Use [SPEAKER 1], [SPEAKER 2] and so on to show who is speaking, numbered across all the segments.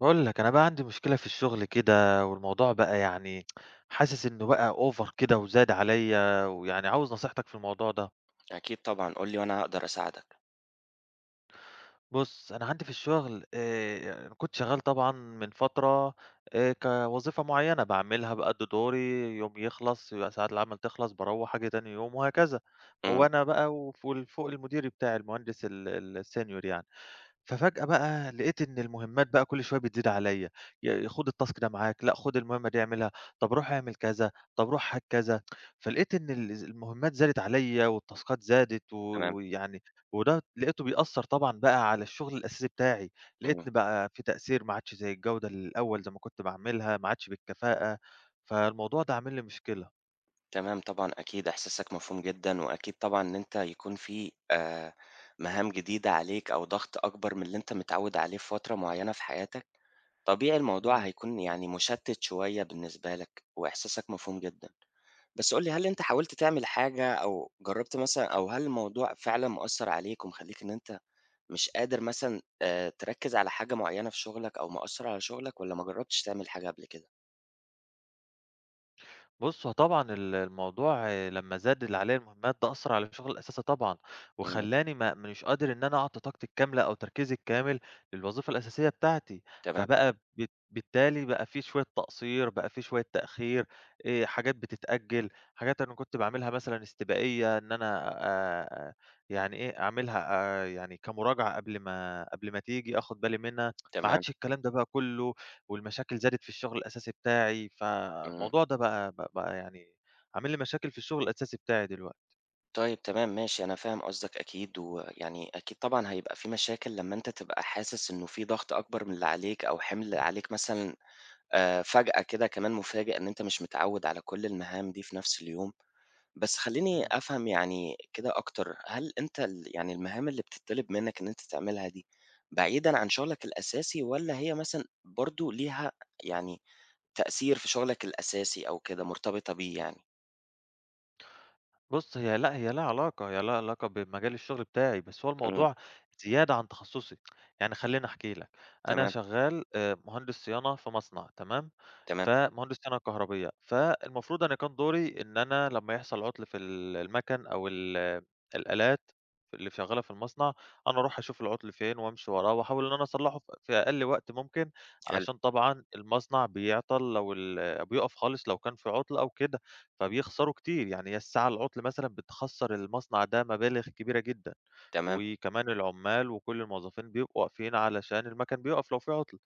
[SPEAKER 1] باقول لك، أنا بقى عندي مشكلة في الشغل كده، والموضوع بقى حاسس إنه بقى over كده وزاد عليَّ، ويعني عاوز نصيحتك في الموضوع ده.
[SPEAKER 2] أكيد طبعًا، قُل لي وأنا هاقدر أساعدك.
[SPEAKER 1] بُص، أنا عندي في الشغل كنت شغال طبعًا من فترة كوظيفة معينة باعملها بأدّي دوري، يوم يخلص يبقى ساعات العمل تخلص، باروّح آجي تاني يوم وهكذا.
[SPEAKER 2] إمم.
[SPEAKER 1] وأنا بقى وفوق ال فوق المدير بتاعي المهندس ال الsenior يعني. ففجأة بقى لقيت إن المهمات بقى كل شوية بتزيد عليّا، خُد الtask ده معاك، لأ خُد المهمة دي اعملها، طب روح اعمل كذا، طب روح هات كذا، فلقيت إن المهمات زادت عليّا والتاسكات زادت و
[SPEAKER 2] تمام.
[SPEAKER 1] ويعني وده لقيته بيأثّر طبعًا بقى على الشغل الأساسي بتاعي، لقيت
[SPEAKER 2] إمم.
[SPEAKER 1] إن بقى في تأثير ما عادش زي الجودة الأول زي ما كنت باعملها، ما عادش بالكفاءة، فالموضوع ده عامل لي مشكلة.
[SPEAKER 2] تمام، طبعًا أكيد إحساسك مفهوم جدًا، وأكيد طبعًا إن أنت يكون في مهام جديدة عليك أو ضغط أكبر من اللي أنت متعوّد عليه في فترة معيّنة في حياتك، طبيعي الموضوع
[SPEAKER 1] إمم.
[SPEAKER 2] هيكون يعني مشتِّت شوية بالنسبة لك، وإحساسك مفهوم جدًا. بس قُل لي هل أنت حاولت تعمل حاجة أو جرّبت مثلًا أو هل الموضوع فعلًا مأثّر عليك ومخلّيك إن أنت مش قادر مثلًا تركّز على حاجة معيّنة في شغلك أو مأثّر على شغلك والّا ما جرّبتش تعمل حاجة قبل كده؟
[SPEAKER 1] بُص، هو طبعًا الموضوع آه، لمّا زاد اللي عليّا المهمات ده أثّر على شغلي الأساسي طبعًا،
[SPEAKER 2] إمم.
[SPEAKER 1] وخلّاني ما مش قادر إن أنا أعطي طاقتي الكاملة أو تركيزي الكامل للوظيفة الأساسية بتاعتي،
[SPEAKER 2] تمام.
[SPEAKER 1] فبقى بت بالتالي بقى في شوية تقصير، بقى في شوية تأخير، حاجات بتتأجل، حاجات أنا كنت باعملها مثلًا استباقية إن أنا آآ، يعني إيه أعملها يعني كمراجعة قبل ما تيجي آخد بالي منها، ما
[SPEAKER 2] تمام.
[SPEAKER 1] عادش الكلام ده بقى كلّه والمشاكل زادت في الشغل الأساسي بتاعي،
[SPEAKER 2] إمم.
[SPEAKER 1] فالموضوع ده بقى يعني عامل لي مشاكل في الشغل الأساسي بتاعي دلوقتي.
[SPEAKER 2] طيب تمام ماشي، أنا فاهم قصدك أكيد، ويعني أكيد طبعًا هيبقى في مشاكل لمّا أنت تبقى حاسس إنه في ضغط أكبر من اللي عليك أو حِمل عليك مثلًا فجأة كده كمان مفاجئ إن أنت مش متعوّد على كل المهام دي في نفس اليوم. بس خلّيني
[SPEAKER 1] إمم.
[SPEAKER 2] أفهم يعني كده أكتر، هل أنت يعني المهام اللي بتطلب منّك إن أنت تعملها دي بعيدًا عن شغلك الأساسي والّا هي مثلًا برضه ليها يعني تأثير في شغلك الأساسي أو كده، مرتبطة بيه يعني؟
[SPEAKER 1] بُص، هي لأ، هي لها علاقة، هي لها علاقة بمجال الشغل بتاعي، بس هو
[SPEAKER 2] إمم.
[SPEAKER 1] الموضوع زيادة عن تخصُّصي، يعني خلّيني أحكي لك، أنا
[SPEAKER 2] تمام.
[SPEAKER 1] شغّال مهندس صيانة في مصنع تمام،
[SPEAKER 2] تمام.
[SPEAKER 1] فمهندس صيانة كهربية، فالمفروض أنا كان دوري إن أنا لمّا يحصل عُطل في المَكَن أو الآلات اللي شغّالة في المصنع، أنا أروح أشوف العُطل فين وأمشي وراه وأحاول إن أنا أصلّحه في أقل وقت ممكن،
[SPEAKER 2] حلو.
[SPEAKER 1] علشان طبعًا المصنع بيعطل لو بيُقف خالص لو كان في عُطل أو كده. فبيخسروا كتير، يعني هي الساعة العُطل مثلًا بتخسّر المصنع ده مبالغ كبيرة جدًا،
[SPEAKER 2] تمام.
[SPEAKER 1] وكمان العُمّال وكل الموظفين بيبقوا واقفين علشان المَكَن بيُقف لو في عُطل،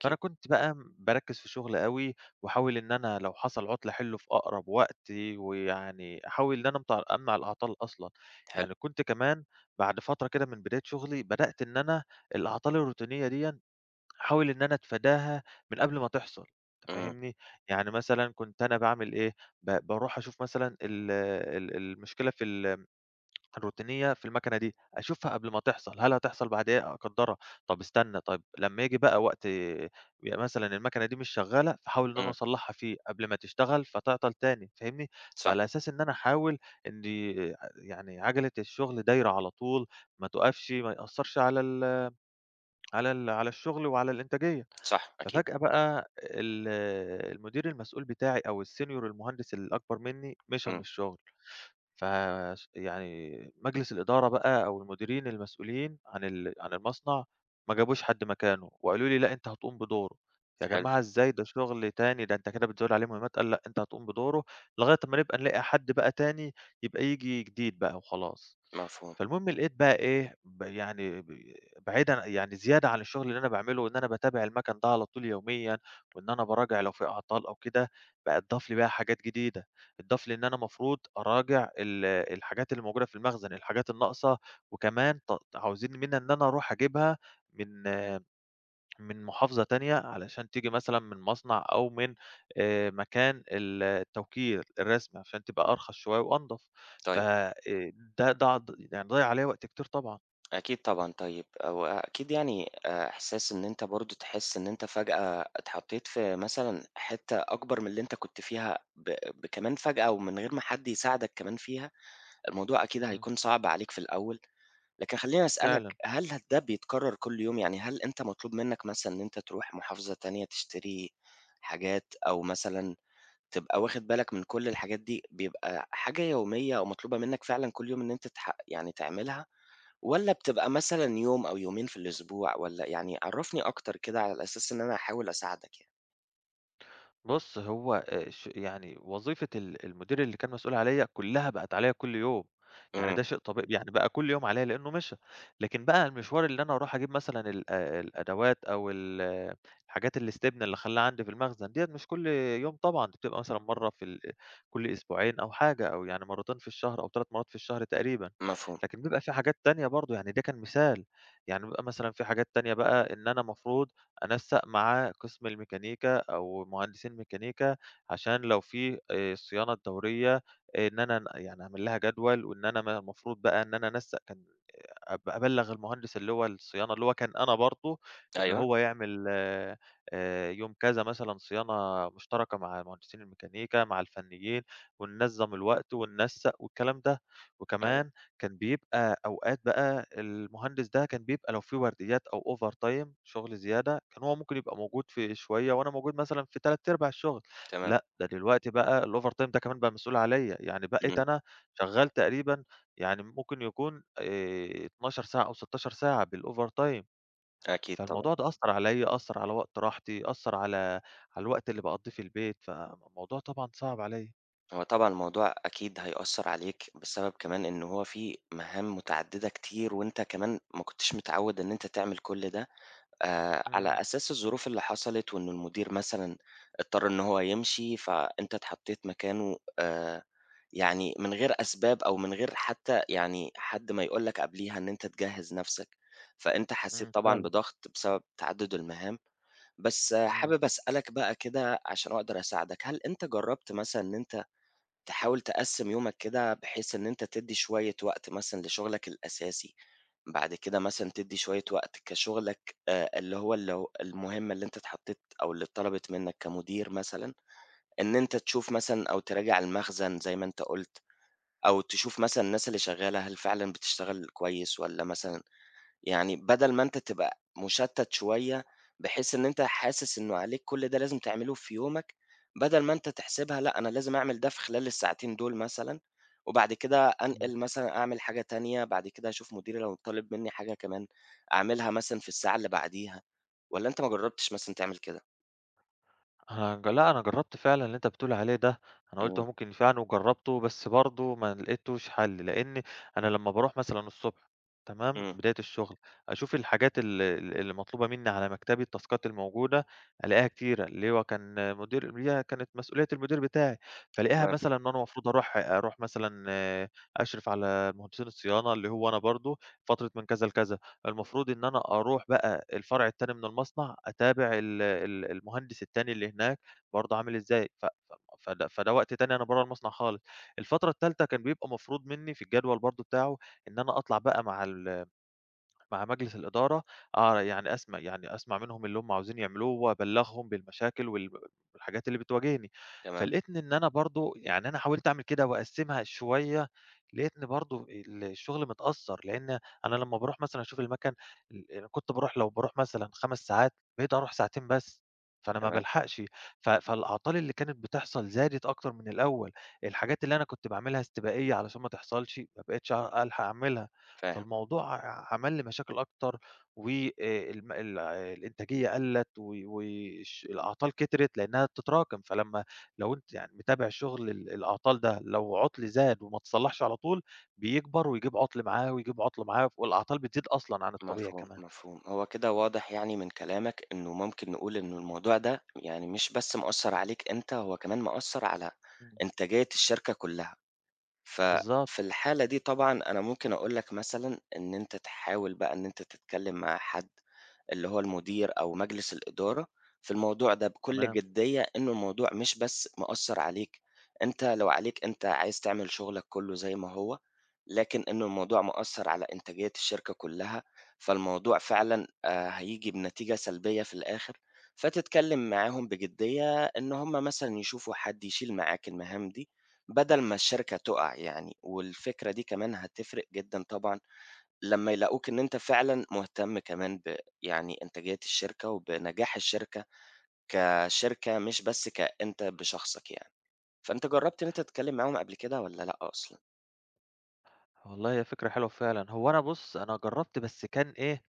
[SPEAKER 1] فأنا كنت بقى باركّز في الشغل أوي، واحاول إن أنا لو حصل عُطل أحلّه في أقرب وقت، ويعني أحاول إن أنا أمنع الأعطال أصلًا،
[SPEAKER 2] حلو.
[SPEAKER 1] يعني كنت كمان بعد فترة كده من بداية شغلي بدأت إن أنا الأعطال الروتينية ديًا أحاول إن أنا أتفاداها من قبل ما تحصل، أنت
[SPEAKER 2] إمم.
[SPEAKER 1] فاهمني؟ يعني مثلًا كنت أنا باعمل إيه، باروح أشوف مثلًا ال ال المشكلة في ال الروتينية في الماكينة دي، أشوفها قبل ما تحصل، هل هتحصل بعد إيه أقدّرها، طب استنى، طيب لمّا ييجي بقى وقت يبقى مثلًا الماكينة دي مش شغالة، فاحاول إن أنا
[SPEAKER 2] إمم.
[SPEAKER 1] أصلّحها فيه قبل ما تشتغل فتعطل تاني، فاهمني؟
[SPEAKER 2] صح.
[SPEAKER 1] فعلى أساس إن أنا أحاول إن يعني عجلة الشغل دايرة على طول، ما تُقفش، ما يأثّرش على ال على ال على الشغل وعلى الإنتاجية.
[SPEAKER 2] صح. أكيد.
[SPEAKER 1] ففجأة بقى المدير المسؤول بتاعي أو الsenior المهندس الأكبر منّي مشى من
[SPEAKER 2] إمم.
[SPEAKER 1] الشغل، ف ش يعني مجلس الإدارة بقى أو المديرين المسؤولين عن عن المصنع ما جابوش حد مكانه، وقالوا لي: "لأ، أنت هتقوم بدوره." يا
[SPEAKER 2] حلو.
[SPEAKER 1] جماعة إزاي ده شغل تاني، ده أنت كده بتزوّد عليه مهمات، قال: "لأ، أنت هتقوم بدوره لغاية أمّا نبقى نلاقي حد بقى تاني يبقى ييجي جديد بقى وخلاص."
[SPEAKER 2] مفهوم.
[SPEAKER 1] فالمهم لقيت بقى إيه، ب يعني ب بعيدًا يعني زيادة عن الشغل اللي أنا باعمله وإن أنا باتابع المَكَن ده على طول يوميًا وإن أنا باراجع لو في أعطال أو كده، بقى اتضاف لي بقى حاجات جديدة، اتضاف لي إن أنا المفروض أراجع الحاجات اللي موجودة في المخزن، الحاجات الناقصة وكمان عاوزين منّا إن أنا أروح أجيبها من من محافظة تانية علشان تيجي مثلًا من مصنع أو من مكان التوكيل الرسمي عشان تبقى أرخص شوية وأنضف، ف
[SPEAKER 2] طيب.
[SPEAKER 1] ده يعني ضيّع عليّا وقت كتير طبعًا.
[SPEAKER 2] أكيد طبعًا، طيب هو أكيد يعني إحساس إن أنت برضه تحس إن أنت فجأة اتحطيت في مثلًا حتّة أكبر من اللي أنت كنت فيها ب ب كمان فجأة ومن غير ما حد يساعدك كمان فيها، الموضوع أكيد
[SPEAKER 1] اهم،
[SPEAKER 2] هيكون صعب عليك في الأول، لكن خلّيني
[SPEAKER 1] فعلًا.
[SPEAKER 2] أسألك هل ده بيتكرر كل يوم؟ يعني هل أنت مطلوب منك مثلًا إن أنت تروح محافظة تانية تشتري حاجات أو مثلًا تبقى واخد بالك من كل الحاجات دي، بيبقى حاجة يومية أو مطلوبة منّك فعلًا كل يوم إن أنت تح يعني تعملها، والّا بتبقى مثلًا يوم أو يومين في الأسبوع والّا يعني عرّفني أكتر كده على أساس إن أنا أحاول أساعدك يعني؟
[SPEAKER 1] بُص، هو ش يعني وظيفة المدير اللي كان مسؤول عليَّ كلّها بقت عليَّ كل يوم، يعني
[SPEAKER 2] إمم.
[SPEAKER 1] ده شيء طبيعي يعني بقى كل يوم عليَّ لإنه مشى، لكن بقى المشوار اللي أنا أروح أجيب مثلًا ال الأدوات أو آه، الحاجات الاستبنة اللي أخلّيها عندي في المخزن ديّة مش كل يوم طبعًا، دي بتبقى مثلًا مرّة في ال كل أسبوعين أو حاجة أو يعني مرّتين في الشهر أو 3 مرّات في الشهر تقريبًا،
[SPEAKER 2] مفهوم.
[SPEAKER 1] لكن بيبقى في حاجات تانية برضه، يعني ده كان مثال، يعني بيبقى مثلًا في حاجات تانية بقى إن أنا المفروض أنسَّق معاه قسم الميكانيكا أو مهندسين ميكانيكا، عشان لو في الصيانة الدورية آه، إن أنا يعني أعمل لها جدول، وإن أنا المفروض بقى إن أنا أنسَّق كان أبلّغ المهندس اللي هو الصيانة، اللي هو كان أنا برضه، إن
[SPEAKER 2] أيوه.
[SPEAKER 1] هو يعمل يوم كذا مثلًا صيانة مشتركة مع مهندسين الميكانيكا، مع الفنيين، وننظّم الوقت وننسّق والكلام ده. وكمان
[SPEAKER 2] أيوه.
[SPEAKER 1] كان بيبقى أوقات بقى المهندس ده كان بيبقى لو في ورديات أو over time شغل زيادة، كان هو ممكن يبقى موجود في شوية وأنا موجود مثلًا في 3/4 الشغل،
[SPEAKER 2] تمام.
[SPEAKER 1] لأ، ده دلوقتي بقى الovertime ده كمان بقى مسؤول عليّا، يعني بقيت
[SPEAKER 2] إمم.
[SPEAKER 1] أنا شغّال تقريبًا يعني ممكن يكون 12 ساعة أو 16 ساعة بالovertime.
[SPEAKER 2] أكيد طبعًا.
[SPEAKER 1] فالموضوع ده أثّر عليّا، أثّر على وقت راحتي، أثّر على الوقت اللي باقضّيه في البيت، فالموضوع طبعًا صعب عليّا.
[SPEAKER 2] هو طبعًا الموضوع أكيد هيأثّر عليك بسبب كمان إن هو في مهام متعددة كتير، وأنت كمان ما كنتش متعوّد إن أنت تعمل كل ده. على
[SPEAKER 1] إمم،
[SPEAKER 2] أساس الظروف اللي حصلت وإن المدير مثلًا اضطر إن هو يمشي، فأنت اتحطيت مكانه يعني من غير أسباب أو من غير حتى يعني حد ما يقول لك قبليها إن أنت تجهّز نَفْسك، فأنت
[SPEAKER 1] إمم،
[SPEAKER 2] حسّيت طبعًا
[SPEAKER 1] فعلًا،
[SPEAKER 2] بضغط بسبب تعدُّد المهام. بس آه،
[SPEAKER 1] إمم،
[SPEAKER 2] حابب أسألك بقى كده عشان أقدر أساعدك، هل أنت جرّبت مثلًا إن أنت تحاول تقسّم يومك كده بحيث إن أنت تدّي شوية وقت مثلًا لشغلك الأساسي، بعد كده مثلًا تدّي شوية وقت كشغلك اللي هو اللي المهمة اللي أنت اتحطيت أو اللي اتطلبت منّك كمدير مثلًا، إن أنت تشوف مثلًا أو تراجع المخزن زي ما أنت قُلت، أو تشوف مثلًا الناس اللي شغّالة هل فعلًا بتشتغل كويس والّا مثلًا يعني بدل ما أنت تبقى مُشتَّت شوية، بحيث إن أنت حاسس إنه عليك كل ده لازم تعمله في يومك، بدل ما أنت تحسبها لأ، أنا لازم أعمل ده في خلال الساعتين دول مثلًا، وبعد كده
[SPEAKER 1] إمم.
[SPEAKER 2] أنقل مثلًا أعمل حاجة تانية، بعد كده أشوف مديري لو طالب منّي حاجة كمان أعملها مثلًا في الساعة اللي بعديها، والّا أنت ما جرّبتش مثلًا تعمل كده؟
[SPEAKER 1] أنا ج لأ، أنا جرّبت فعلًا اللي أنت بتقول عليه ده، أنا قُلت
[SPEAKER 2] إمم.
[SPEAKER 1] هو ممكن ينفعني وجرّبته، بس برضه ما لقيتوش حل، لإن أنا لمّا باروح مثلًا الصبح تمام،
[SPEAKER 2] إمم.
[SPEAKER 1] بداية الشغل، أشوف الحاجات ال ال اللي مطلوبة مني على مكتبي، التاسكات الموجودة، ألاقيها كتيرة، اللي هو كان مدير اللي هي كانت مسؤولية المدير بتاعي، فالاقيها
[SPEAKER 2] تمام.
[SPEAKER 1] مثلًا إن أنا المفروض أروح مثلًا آه، أشرف على مهندسين الصيانة اللي هو أنا برضه، فترة من كذا لكذا. المفروض إن أنا أروح بقى الفرع التاني من المصنع، أتابع ال ال المهندس التاني اللي هناك برضه عامل إزاي، ف ف فده فده وقت تاني أنا برّه المصنع خالص. الفترة التالتة كان بيبقى مفروض منّي في الجدول برضه بتاعه إن أنا أطلع بقى مع مع مجلس الإدارة آه، يعني أسمع منهم اللي هم عاوزين يعملوه وأبلّغهم بالمشاكل والحاجات اللي بتواجهني،
[SPEAKER 2] تمام.
[SPEAKER 1] فلقيت إن أنا برضه يعني أنا حاولت أعمل كده وأقسّمها شوية، لقيتني برضه الشغل متأثّر، لإن أنا لمّا باروح مثلًا أشوف المكن أنا كنت باروح لو باروح مثلًا 5 ساعات، بقيت أروح ساعتين بس، فأنا ما
[SPEAKER 2] تمام.
[SPEAKER 1] بالحقش، فالأعطال اللي كانت بتحصل زادت أكتر من الأول، الحاجات اللي أنا كنت باعملها استباقية علشان ما تحصلش، ما بقيتش ألحق أعملها.
[SPEAKER 2] فاهم.
[SPEAKER 1] فالموضوع عمل لي مشاكل أكتر و الم ال الإنتاجية قَلّت و الأعطال كترت لإنّها بتتراكم، فلمّا لو أنت يعني متابع شغل الأعطال ده، لو عُطل زاد وما اتصلّحش على طول، بيكبر ويجيب عُطل معاه، ويجيب عُطل معاه، والأعطال بتزيد أصلًا عن الطبيعي
[SPEAKER 2] مفهوم.
[SPEAKER 1] كمان.
[SPEAKER 2] مفهوم. هو كده واضح يعني من كلامك إنه ممكن نقول إنه الموضوع ده يعني مش بس مأثّر عليك أنت، هو كمان مأثّر على
[SPEAKER 1] إمم.
[SPEAKER 2] إنتاجية الشركة كلّها.
[SPEAKER 1] بالضبط،
[SPEAKER 2] ففي الحالة دي طبعًا أنا ممكن أقول لك مثلًا إن أنت تحاول بقى إن أنت تتكلّم مع حد اللي هو المدير أو مجلس الإدارة في الموضوع ده بكل
[SPEAKER 1] تمام.
[SPEAKER 2] جدية إنه الموضوع مش بس مأثّر عليك أنت، لو عليك أنت عايز تعمل شغلك كلّه زي ما هو، لكن إنه الموضوع مأثّر على إنتاجية الشركة كلّها، فالموضوع فعلًا هييجي بنتيجة سلبية في الآخر، فتتكلّم معاهم بجدية إن هم مثلًا يشوفوا حد يشيل معاك المهام دي بدل ما الشركة تُقع يعني، والفكرة دي كمان هتفرق جدًا طبعًا لمّا يلاقوك إن أنت فعلًا مهتم كمان يعني إنتاجية الشركة وبنجاح الشركة كشركة، مش بس كأنت بشخصك يعني. فأنت جرّبت إن أنت تتكلّم معاهم قبل كده والّا لأ أصلًا؟
[SPEAKER 1] والله هي فكرة حلوة فعلًا. هو أنا بُص، أنا جرّبت بس كان إيه،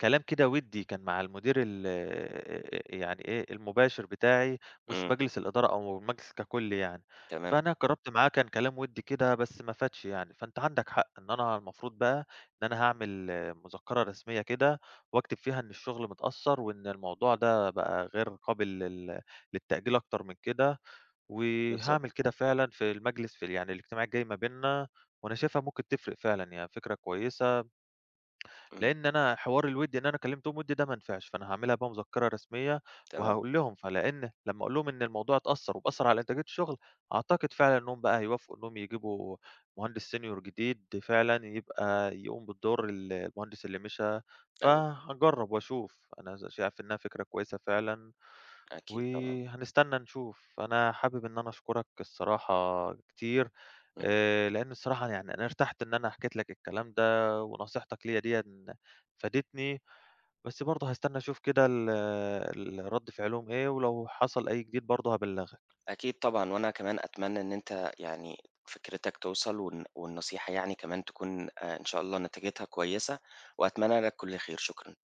[SPEAKER 1] كلام كده ودّي كان مع المدير يعني إيه، المباشر بتاعي، مش
[SPEAKER 2] إمم.
[SPEAKER 1] مجلس الإدارة أو المجلس ككل يعني.
[SPEAKER 2] تمام.
[SPEAKER 1] فأنا جرّبت معاه كان كلام ودّي كده بس ما فادش يعني، فأنت عندك حق إن أنا المفروض بقى إن أنا هاعمل مذكرة رسمية كده واكتب فيها إن الشغل متأثّر وإن الموضوع ده بقى غير قابل للتأجيل أكتر من كده، وهاعمل
[SPEAKER 2] بالضبط.
[SPEAKER 1] كده فعلًا في المجلس في ال يعني الاجتماع الجاي ما بيننا، وأنا شايفها ممكن تفرق فعلًا، هي فكرة كويسة
[SPEAKER 2] إمم.
[SPEAKER 1] لإن أنا حوار الوِدّ إن أنا كلمتهم وِدّ ده ما نفعش، فأنا هاعملها بقى مذكرة رسمية
[SPEAKER 2] تمام.
[SPEAKER 1] وهاقول لهم، فلإن لمّا أقول لهم إن الموضوع اتأثّر وبأثّر على إنتاجية الشغل، أعتقد فعلًا إنهم بقى هيوافقوا إنهم يجيبوا مهندس senior جديد فعلًا يبقى يقوم بدور المهندس اللي مشى،
[SPEAKER 2] أيوه.
[SPEAKER 1] فهاجرّب وأشوف، أنا ز شايف إنها فكرة كويسة فعلًا
[SPEAKER 2] أكيد طبعًا.
[SPEAKER 1] وهنستنى نشوف. أنا حابب إن أنا أشكرك الصراحة كتير،
[SPEAKER 2] إمم.
[SPEAKER 1] لإن الصراحة يعني أنا ارتحت إن أنا حكيت لك الكلام ده، ونصيحتك ليّا ديًا فادتني، بس برضه هاستنى أشوف كده ال ال رد فعلهم إيه، ولو حصل أي جديد برضه هابلّغك.
[SPEAKER 2] أكيد طبعًا، وأنا كمان أتمنى إن أنت يعني فكرتك توصل والنصيحة يعني كمان تكون إن شاء الله نتيجتها كويسة، وأتمنى لك كل خير، شكرًا.